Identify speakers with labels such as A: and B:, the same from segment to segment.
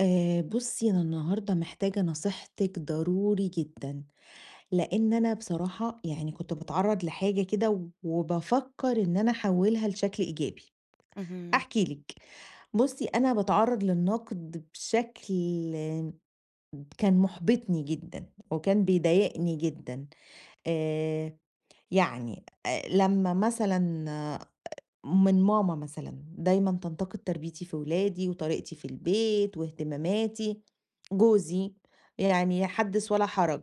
A: بُصّي، أنا النهارده محتاجة نصيحتِك ضروري جدًا، لإن أنا بصراحة يعني كنت باتعرّض لحاجة كده وبافكّر إن أنا أحوّلها لشكل إيجابي.
B: اهم.
A: هاحكي لِك، بُصّي، أنا باتعرّض للنقد بشكل كان مُحبطني جدًا وكان بيضايقني جدًا. آآ يعني لمّا مثلًا من ماما مثلًا، دايمًا تنتقد تربيتي في ولادي وطريقتي في البيت واهتماماتي، جوزي، يعني حدِّث ولا حرج،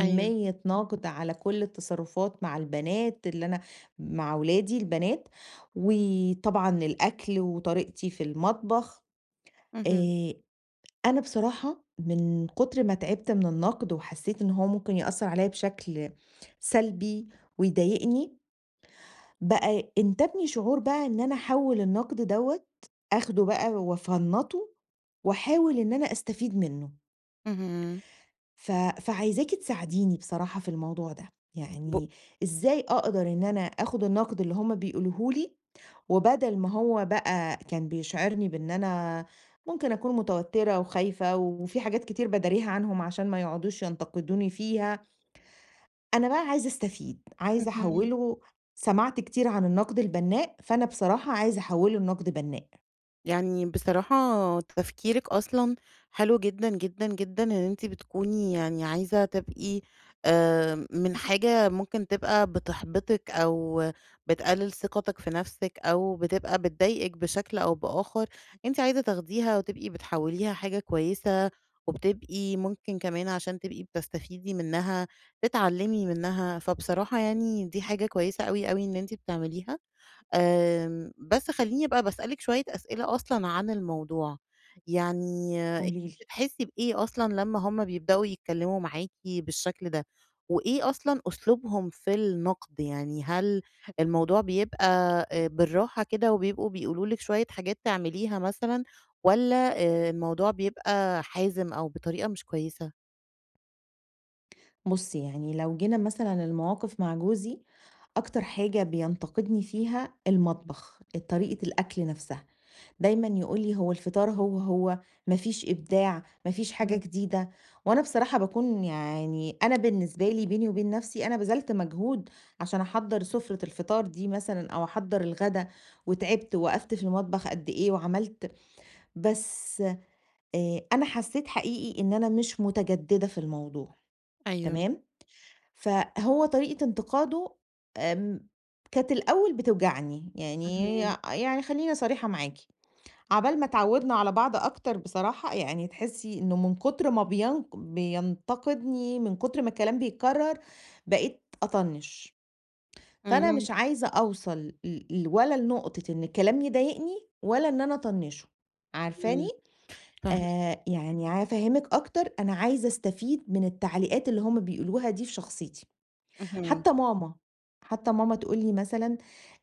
B: أيوه.
A: نقد على كل التصرفات مع البنات اللي أنا مع ولادي البنات، وطبعًا الأكل وطريقتي في المطبخ.
B: اهم.
A: آآ، أنا بصراحة من كتر ما تعبت من النقد وحسيت إن هو ممكن يأثّر عليَّ بشكل سلبي ويضايقني، بقى انتابني شعور بقى إن أنا أحوّل النقد دوّة، آخده بقى وأفنّطه وأحاول إن أنا أستفيد منّه.
B: اهم.
A: ف فعايزاكِ تساعديني بصراحة في الموضوع ده،
B: ب
A: يعني إزاي أقدر إن أنا آخُد النقد اللي هُم بيقولوه لي، وبدل ما هو بقى كان بيشعرني بإن أنا ممكن أكون متوتّرة وخايفة وفي حاجات كتير باداريها عنهم عشان ما يقعدوش ينتقدوني فيها، أنا بقى عايزة أستفيد، عايزة
B: اهم.
A: أحوّله. سمعت كتير عن النقد البنّاء، فأنا بصراحة عايزة أحوّله لنقد بنّاء.
B: يعني بصراحة تفكيرِك أصلًا حلو جدًا، جدًا، جدًا إن أنتِ بتكوني يعني عايزة تبقي من حاجة ممكن تبقى بتحبطِك أو بتقلل ثقتِك في نفسِك أو بتبقى بتضايقِك بشكل أو بآخر، أنتِ عايزة تاخديها وتبقي بتحوليها حاجة كويسة، وبتبقي ممكن كمان عشان تبقي بتستفيدي منها، تتعلمي منها، فبصراحة يعني دي حاجة كويسة أوي، أوي إن أنتِ بتعمليها. بس خلّيني أبقى باسألِك شوية أسئلة أصلًا عن الموضوع، يعني أنتِ
A: قولي لي.
B: بتحسّي بإيه أصلًا لمّا هُم بيبدؤوا يتكلّموا معاكِ بالشكل ده، وإيه أصلًا أسلوبهم في النقد، يعني هل الموضوع بيبقى بالراحة كده وبيبقوا بيقولوا لِك شوية حاجات تعمليها مثلًا، والّا الموضوع بيبقى حازم أو بطريقة مش كويسة؟
A: بُصّي، يعني لو جينا مثلًا للمواقف مع جوزي، أكتر حاجة بينتقدني فيها المطبخ، طريقة الأكل نفسها. دايمًا يقول لي: "هو الفطار هو، ما فيش إبداع، ما فيش حاجة
B: اهم،
A: جديدة." وأنا بصراحة باكون يعني أنا بالنسبة لي بيني وبين نفسي أنا بذلت مجهود عشان أحضّر سُفرة الفطار دي مثلًا أو أحضّر الغدا وتعبت ووقفت في المطبخ قد إيه وعملت، بس أنا حسّيت حقيقي إن أنا مش متجددة في الموضوع،
B: أيوه،
A: تمام، فهو طريقة انتقاده آمم كانت الأول بتوجعني، يعني
B: اهم،
A: يعني خلّيني صريحة معاكِ. عَبال ما اتعوّدنا على بعض أكتر بصراحة، يعني تحسّي إنه من كتر ما بينتقدني، من كتر ما الكلام بيتكرّر، بقيت أطنّش. فأنا
B: اهم،
A: مش عايزة أوصل ل ل ولا لنقطة إن الكلام يضايقني ولا إن أنا أطنّشه، عارفاني؟
B: إمم، فاهماكِ،
A: يعني هافهّمِك أكتر، أنا عايزة أستفيد من التعليقات اللي هم بيقولوها دي في شخصيتي.
B: اهم،
A: حتى ماما، حتى ماما تقول لي مثلًا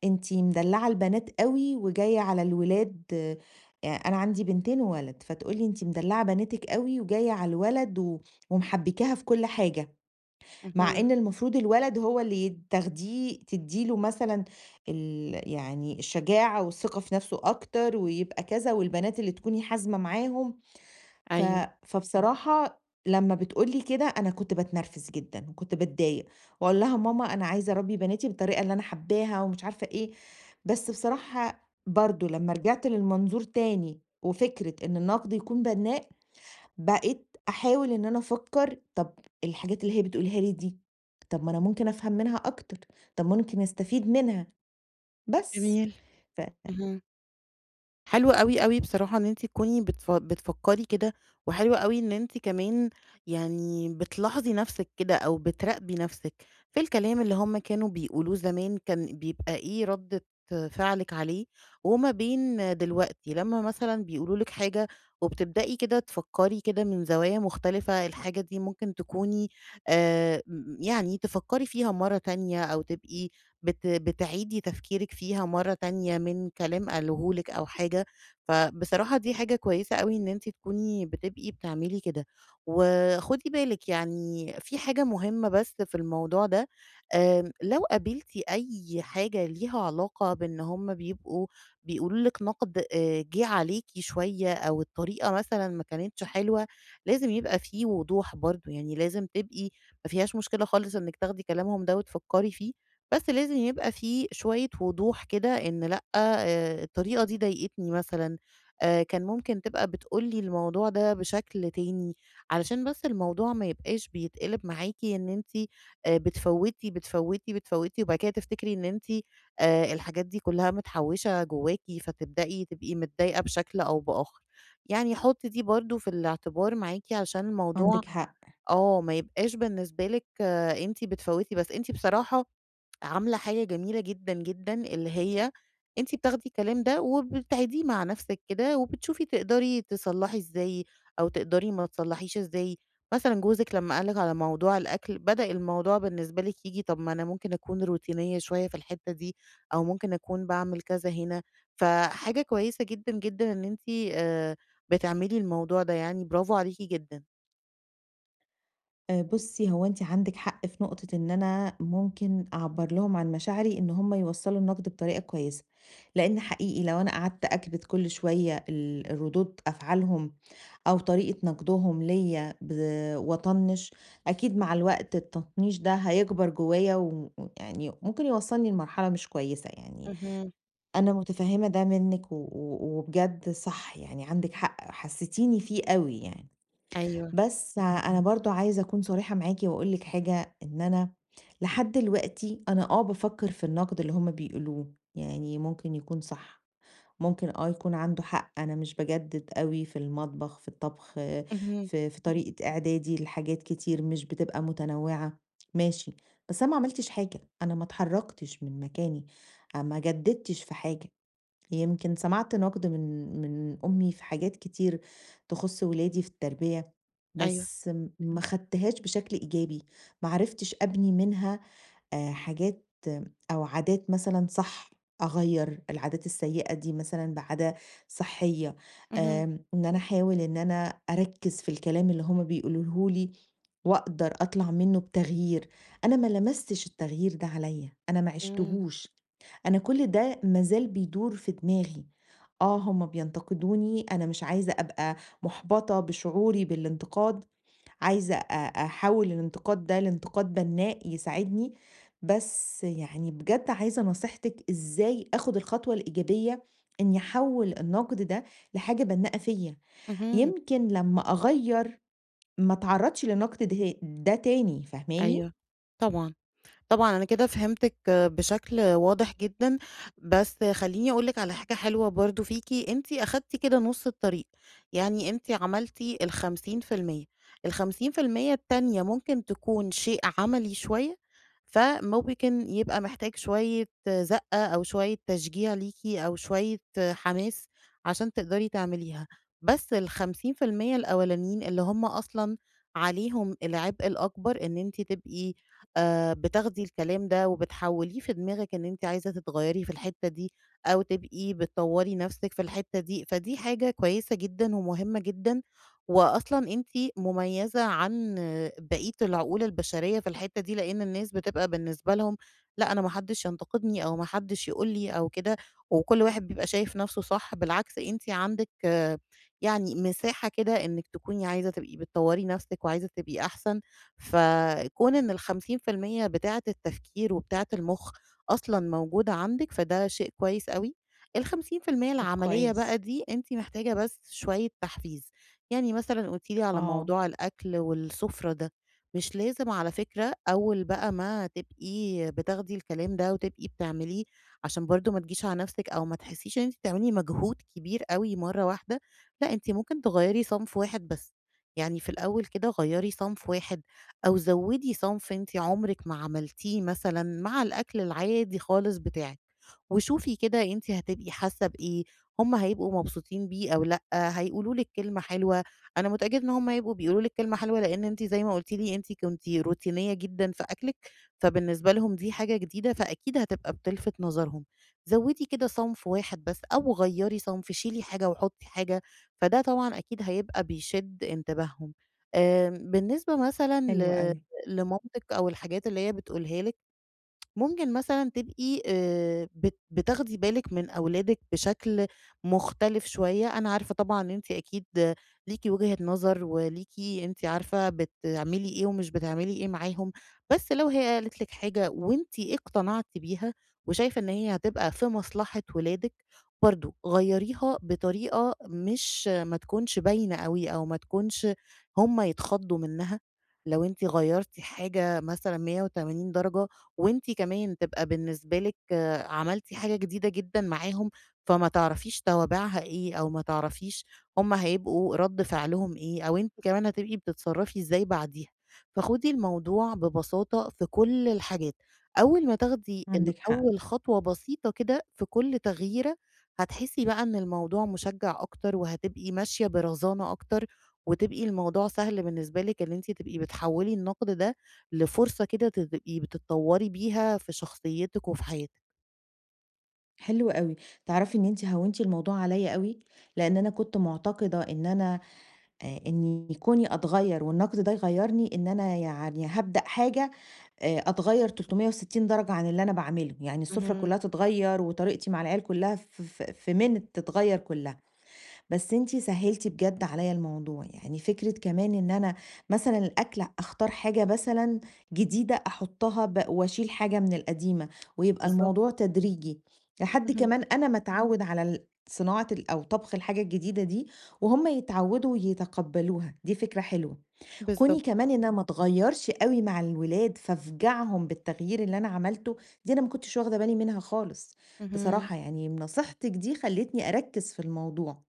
A: أنتِ مدلّعة البنات أوي وجاية على الولاد. أنا عندي بنتين وولد، فتقول لي: "أنتِ مدلّعة بناتِك أوي وجاية على الولد و ومحبّكاها في كل حاجة." مع
B: اهم،
A: إن المفروض الولد هو اللي تاخديه، تدّي له مثلًا يعني الشجاعة والثقة في نَفْسه أكتر ويبقى كذا، والبنات اللي تكوني حازمة معاهم. ف
B: أيوه،
A: فبصراحة لمّا بتقول لي كده أنا كنت باتنرفز جدًا، وكنت باتضايق، وأقول لها: "ماما أنا عايزة أربّي بناتي بالطريقة اللي أنا حاباها." ومش عارفة إيه. بس بصراحة برضه لمّا رجعت للمنظور تاني، وفكرة إن النقد يكون بناء، بقيت أحاول إن أنا أفكّر، طب الحاجات اللي هي بتقولها لي دي، طب ما أنا ممكن أفهم منها أكتر، طب ممكن أستفيد منها، بس.
B: جميل،
A: ف
B: اهم. حلو أوي، أوي بصراحة إن أنتِ تكوني بتفكّري كده، وحلو أوي إن أنتِ كمان يعني بتلاحظي نَفْسِك كده أو بتراقبي نَفْسِك، في الكلام اللي هم كانوا بيقولوه زمان كان بيبقى إيه ردّة فعلِك عليه، وما بين دلوقتي لمّا مثلًا بيقولوا لِك حاجة وبتبدئي كده تفكّري كده من زوايا مختلفة الحاجة دي ممكن تكوني م يعني تفكّري فيها مرّة تانية أو تبقي بتعيدي تفكيرِك فيها مرّة تانية من كلام قالوه لِك أو حاجة، فبصراحة دي حاجة كويسة أوي إن أنتِ تكوني بتبقي بتعملي كده. وخدي بالِك يعني في حاجة مهمة بس في الموضوع ده، لو قابلتِ أي حاجة ليها علاقة بإن هُم بيبقوا بيقولوا لِك نقد جِه عليكِ شوية أو الطريقة مثلًا ما كانتش حلوة، لازم يبقى في وضوح برضه، يعني لازم تبقي ما فيهاش مشكلة خالص إنِّك تاخدي كلامهم ده وتفكّري فيه، بس لازم يبقى في شوية وضوح كده إن لأ، الطريقة دي ضايقتني مثلًا، كان ممكن تبقى بتقول لي الموضوع ده بشكل تاني، علشان بس الموضوع ما يبقاش بيتقلب معاكِ إن أنتِ بتفوّتي، بتفوّتي، بتفوّتي، وبعد كده تفتكري إن أنتِ الحاجات دي كلها متحوّشة جواكِ، فتبدئي تبقي متضايقة بشكل أو بآخر. يعني حُطّي دي برضه في الاعتبار معاكِ علشان الموضوع
A: عندِك حق.
B: ما يبقاش بالنسبة لِك أنتِ بتفوّتي بس. أنتِ بصراحة عاملة حاجة جميلة جدًا، جدًا، اللي هي أنتِ بتاخدي الكلام ده وبتعيديه مع نفسِك كده، وبتشوفي تقدري تصلّحي إزاي أو تقدري ما تصلّحيش إزاي. مثلًا جوزِك لمّا قال لِك على موضوع الأكل، بدأ الموضوع بالنسبة لِك ييجي طب ما أنا ممكن أكون روتينية شوية في الحتّة دي، أو ممكن أكون باعمل كذا هنا، فحاجة كويسة جدًا، جدًا إن أنتِ آآ بتعملي الموضوع ده يعني برافو عليكِ جدًا.
A: بُصّي، هو أنتِ عندِك حق في نقطة إن أنا ممكن أعبّر لهم عن مشاعري إن هم يوصّلوا النقد بطريقة كويسة، لإن حقيقي لو أنا قعدت أكبت كل شوية ردود أفعالهم أو طريقة نقدهم ليّا وأطنّش، أكيد مع الوقت التطنيش ده هيكبر جوّايا ويعني ممكن يوصّلني لمرحلة مش كويسة يعني.
B: اهم.
A: أنا متفهّمة ده منِّك و و وبجد صح، يعني عندِك حق، حسّستيني فيه أوي يعني.
B: أيوه.
A: بس أنا برضه عايزة أكون صريحة معاكِ وأقول لِك حاجة، إن أنا لحد دلوقتي أنا بافكّر في النقد اللي هُم بيقولوه، يعني ممكن يكون صح، ممكن يكون عنده حق، أنا مش باجدد أوي في المطبخ، في الطبخ،
B: اهم.
A: في طريقة إعدادي لحاجات كتير مش بتبقى متنوعة، ماشي، بس أنا ما عملتش حاجة، أنا ما اتحركتش من مكاني، أنا ما جددتش في حاجة. يمكن سمعت نقد من أمي في حاجات كتير تخص ولادي في التربية،
B: أيوه.
A: بس ما خدتهاش بشكل إيجابي، ما عرفتش أبني منها حاجات، آه، أو عادات مثلًا، صح، أغيّر العادات السيئة دي مثلًا بعادة صحية.
B: اهم.
A: إن أنا أحاول إن أنا أركّز في الكلام اللي هُم بيقولوه لي وأقدر أطلع منه بتغيير، أنا ما لمستش التغيير ده عليَّ، أنا ما
B: اهم.
A: عشتهوش. أنا كل ده ما زال بيدور في دماغي، آه هم بينتقدوني، أنا مش عايزة أبقى مُحبطة بشعوري بالانتقاد، عايزة أحوّل الانتقاد ده لانتقاد بنّاء يساعدني، بس يعني بجد عايزة نصيحتِك إزاي آخُد الخطوة الإيجابية إنّي أحوّل النقد ده لحاجة بنّاءة فيّا،
B: اهم.
A: يمكن لمّا أغيّر ما أتعرّضش للنقد ده تاني، فاهماني؟
B: أيوه، طبعًا. طبعًا أنا كده فهمتِك بشكل واضح جدًا، بس خلّيني أقول لِك على حاجة حلوة برضه فيكِ، أنتِ أخدتِ كده نُص الطريق، يعني أنتِ عملتِ ال50%، ال50% التانية ممكن تكون شيء عملي شوية، فممكن يبقى محتاج شوية زقة أو شوية تشجيع ليكِ أو شوية حماس عشان تقدري تعمليها، بس ال50% الأولانيين اللي هم أصلًا عليهم العبء الأكبر إن أنتِ تبقي بتاخدي الكلام ده وبتحوّليه في دماغِك إن أنتِ عايزة تتغيّري في الحتّة دي، أو تبقي بتطوّري نَفْسِك في الحتّة دي، فدي حاجة كويسة جدًا ومهمة جدًا، وأصلًا أنتِ مميّزة عن بقية العقول البشرية في الحتّة دي، لإن الناس بتبقى بالنسبة لهم لأ أنا ما حدّش ينتقدني أو ما حدّش يقول لي أو كده، وكل واحد بيبقى شايف نَفْسه صح، بالعكس أنتِ عندِك يعني مساحة كده إنِّك تكوني عايزة تبقي بتطوّري نَفْسِك وعايزة تبقي أحسن. فكون إن ال50% بتاعة التفكير وبتاعة المُخ أصلًا موجودة عندِك، فده شيء كويس أوي. ال50%
A: طَب
B: العملية
A: كويس،
B: بقى دي أنتِ محتاجة بس شوية تحفيز، يعني مثلًا قُلتِ لي على
A: آه،
B: موضوع الأكل والسُفرة ده، مش لازم على فكرة أول بقى ما تبقي بتاخدي الكلام ده وتبقي بتعمليه، عشان برضه ما تجيش على نفسِك أو ما تحسيش إن أنتِ بتعملي مجهود كبير أوي مرّة واحدة، لأ أنتِ ممكن تغيّري صنف واحد بس، يعني في الأول كده غيّري صنف واحد أو زوّدي صنف أنتِ عمرِك ما عملتيه مثلًا مع الأكل العادي خالص بتاعِك. وشوفي كده أنتِ هتبقي حاسة بإيه، هُم هيبقوا مبسوطين بيه أو لأ، هيقولوا لِك كلمة حلوة، أنا متأكدة إن هُم هيبقوا بيقولوا لِك كلمة حلوة لإن أنتِ زي ما قلتِ لي أنتِ كنتِ روتينية جدًا في أكلِك، فبالنسبة لهم دي حاجة جديدة فأكيد هتبقى بتلفت نظرهم. زوّدي كده صنف واحد بس أو غيّري صنف، شيلي حاجة وحطي حاجة، فده طبعًا أكيد هيبقى بيشد انتباههم. بالنسبة مثلًا
A: حلو أوي،
B: لمامتِك أو الحاجات اللي هي بتقولها لِك، ممكن مثلًا تبقي بت بتاخدي بالِك من أولادِك بشكل مختلف شوية، أنا عارفة طبعًا إن أنتِ أكيد ليكِ وجهة نظر وليكِ أنتِ عارفة بتعملي إيه ومش بتعملي إيه معاهم، بس لو هي قالت لِك حاجة وأنتِ اقتنعتِ بيها وشايفة إن هي هتبقى في مصلحة ولادِك، برضه غيّريها بطريقة مش ما تكونش باينة أوي أو ما تكونش هم يتخضّوا منها، لو أنتِ غيّرتِ حاجة مثلًا 180 درجة وأنتِ كمان تبقى بالنسبة لِك عملتِ حاجة جديدة جدًا معاهم، فما تعرفيش توابعها إيه، أو ما تعرفيش هُم هيبقوا رَد فعلهم إيه، أو أنتِ كمان هتبقي بتتصرفي إزاي بعديها. فخدي الموضوع ببساطة في كل الحاجات، أول ما تاخدي
A: عندِك حق.
B: الأول خطوة بسيطة كده في كل تغييرة، هتحسي بقى إن الموضوع مشجّع أكتر، وهتبقي ماشية برزانة أكتر، وتبقي الموضوع سهل بالنسبة لِك إن أنتِ تبقي بتحوّلي النقد ده لفرصة كده تبقي بتتطوري بيها في شخصيتِك وفي حياتِك.
A: حلو أوي، تعرفي إن أنتِ هوّنتِ الموضوع عليَّ أوي، لإن أنا كنت معتقدة إن أنا إن كوني أتغيّر والنقد ده يغيّرني، إن أنا يعني هابدأ حاجة، أتغيّر 360 درجة عن اللي أنا باعمله، يعني السفرة
B: اهم.
A: كلّها تتغيّر وطريقتي مع العيال كلّها ف ف في minute تتغيّر كلّها. بس أنتِ سهّلتِ بجد عليّا الموضوع، يعني فكرة كمان إن أنا مثلًا الأكل أختار حاجة مثلًا جديدة أحُطّها وأشيل حاجة من القديمة، ويبقى
B: بالضبط.
A: الموضوع تدريجي، لحد
B: اهم،
A: كمان أنا ما أتعوّد على صناعة أو طبخ الحاجة الجديدة دي، وهُم يتعوّدوا ويتقبّلوها، دي فكرة حلوة. كوني
B: بالضبط،
A: كمان إن أنا ما اتغيّرش أوي مع الولاد، فافجعهم بالتغيير اللي أنا عملته، دي أنا ما كنتش واخدة بالي منها خالص.
B: اهم.
A: بصراحة يعني نصيحتِك دي خلّتني أركّز في الموضوع.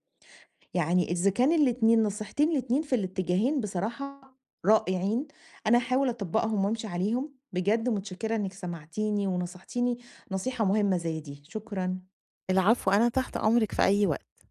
A: يعني إذا كان الاتنين، نصيحتين الاتنين في الاتجاهين، بصراحة رائعين، أنا هاحاول أطبّقهم وأمشي عليهم، بجد متشكرة إنِّك سمعتيني ونصحتيني نصيحة مهمة زي دي، شكرًا.
B: العفو، أنا تحت أمرِك في أي وقت.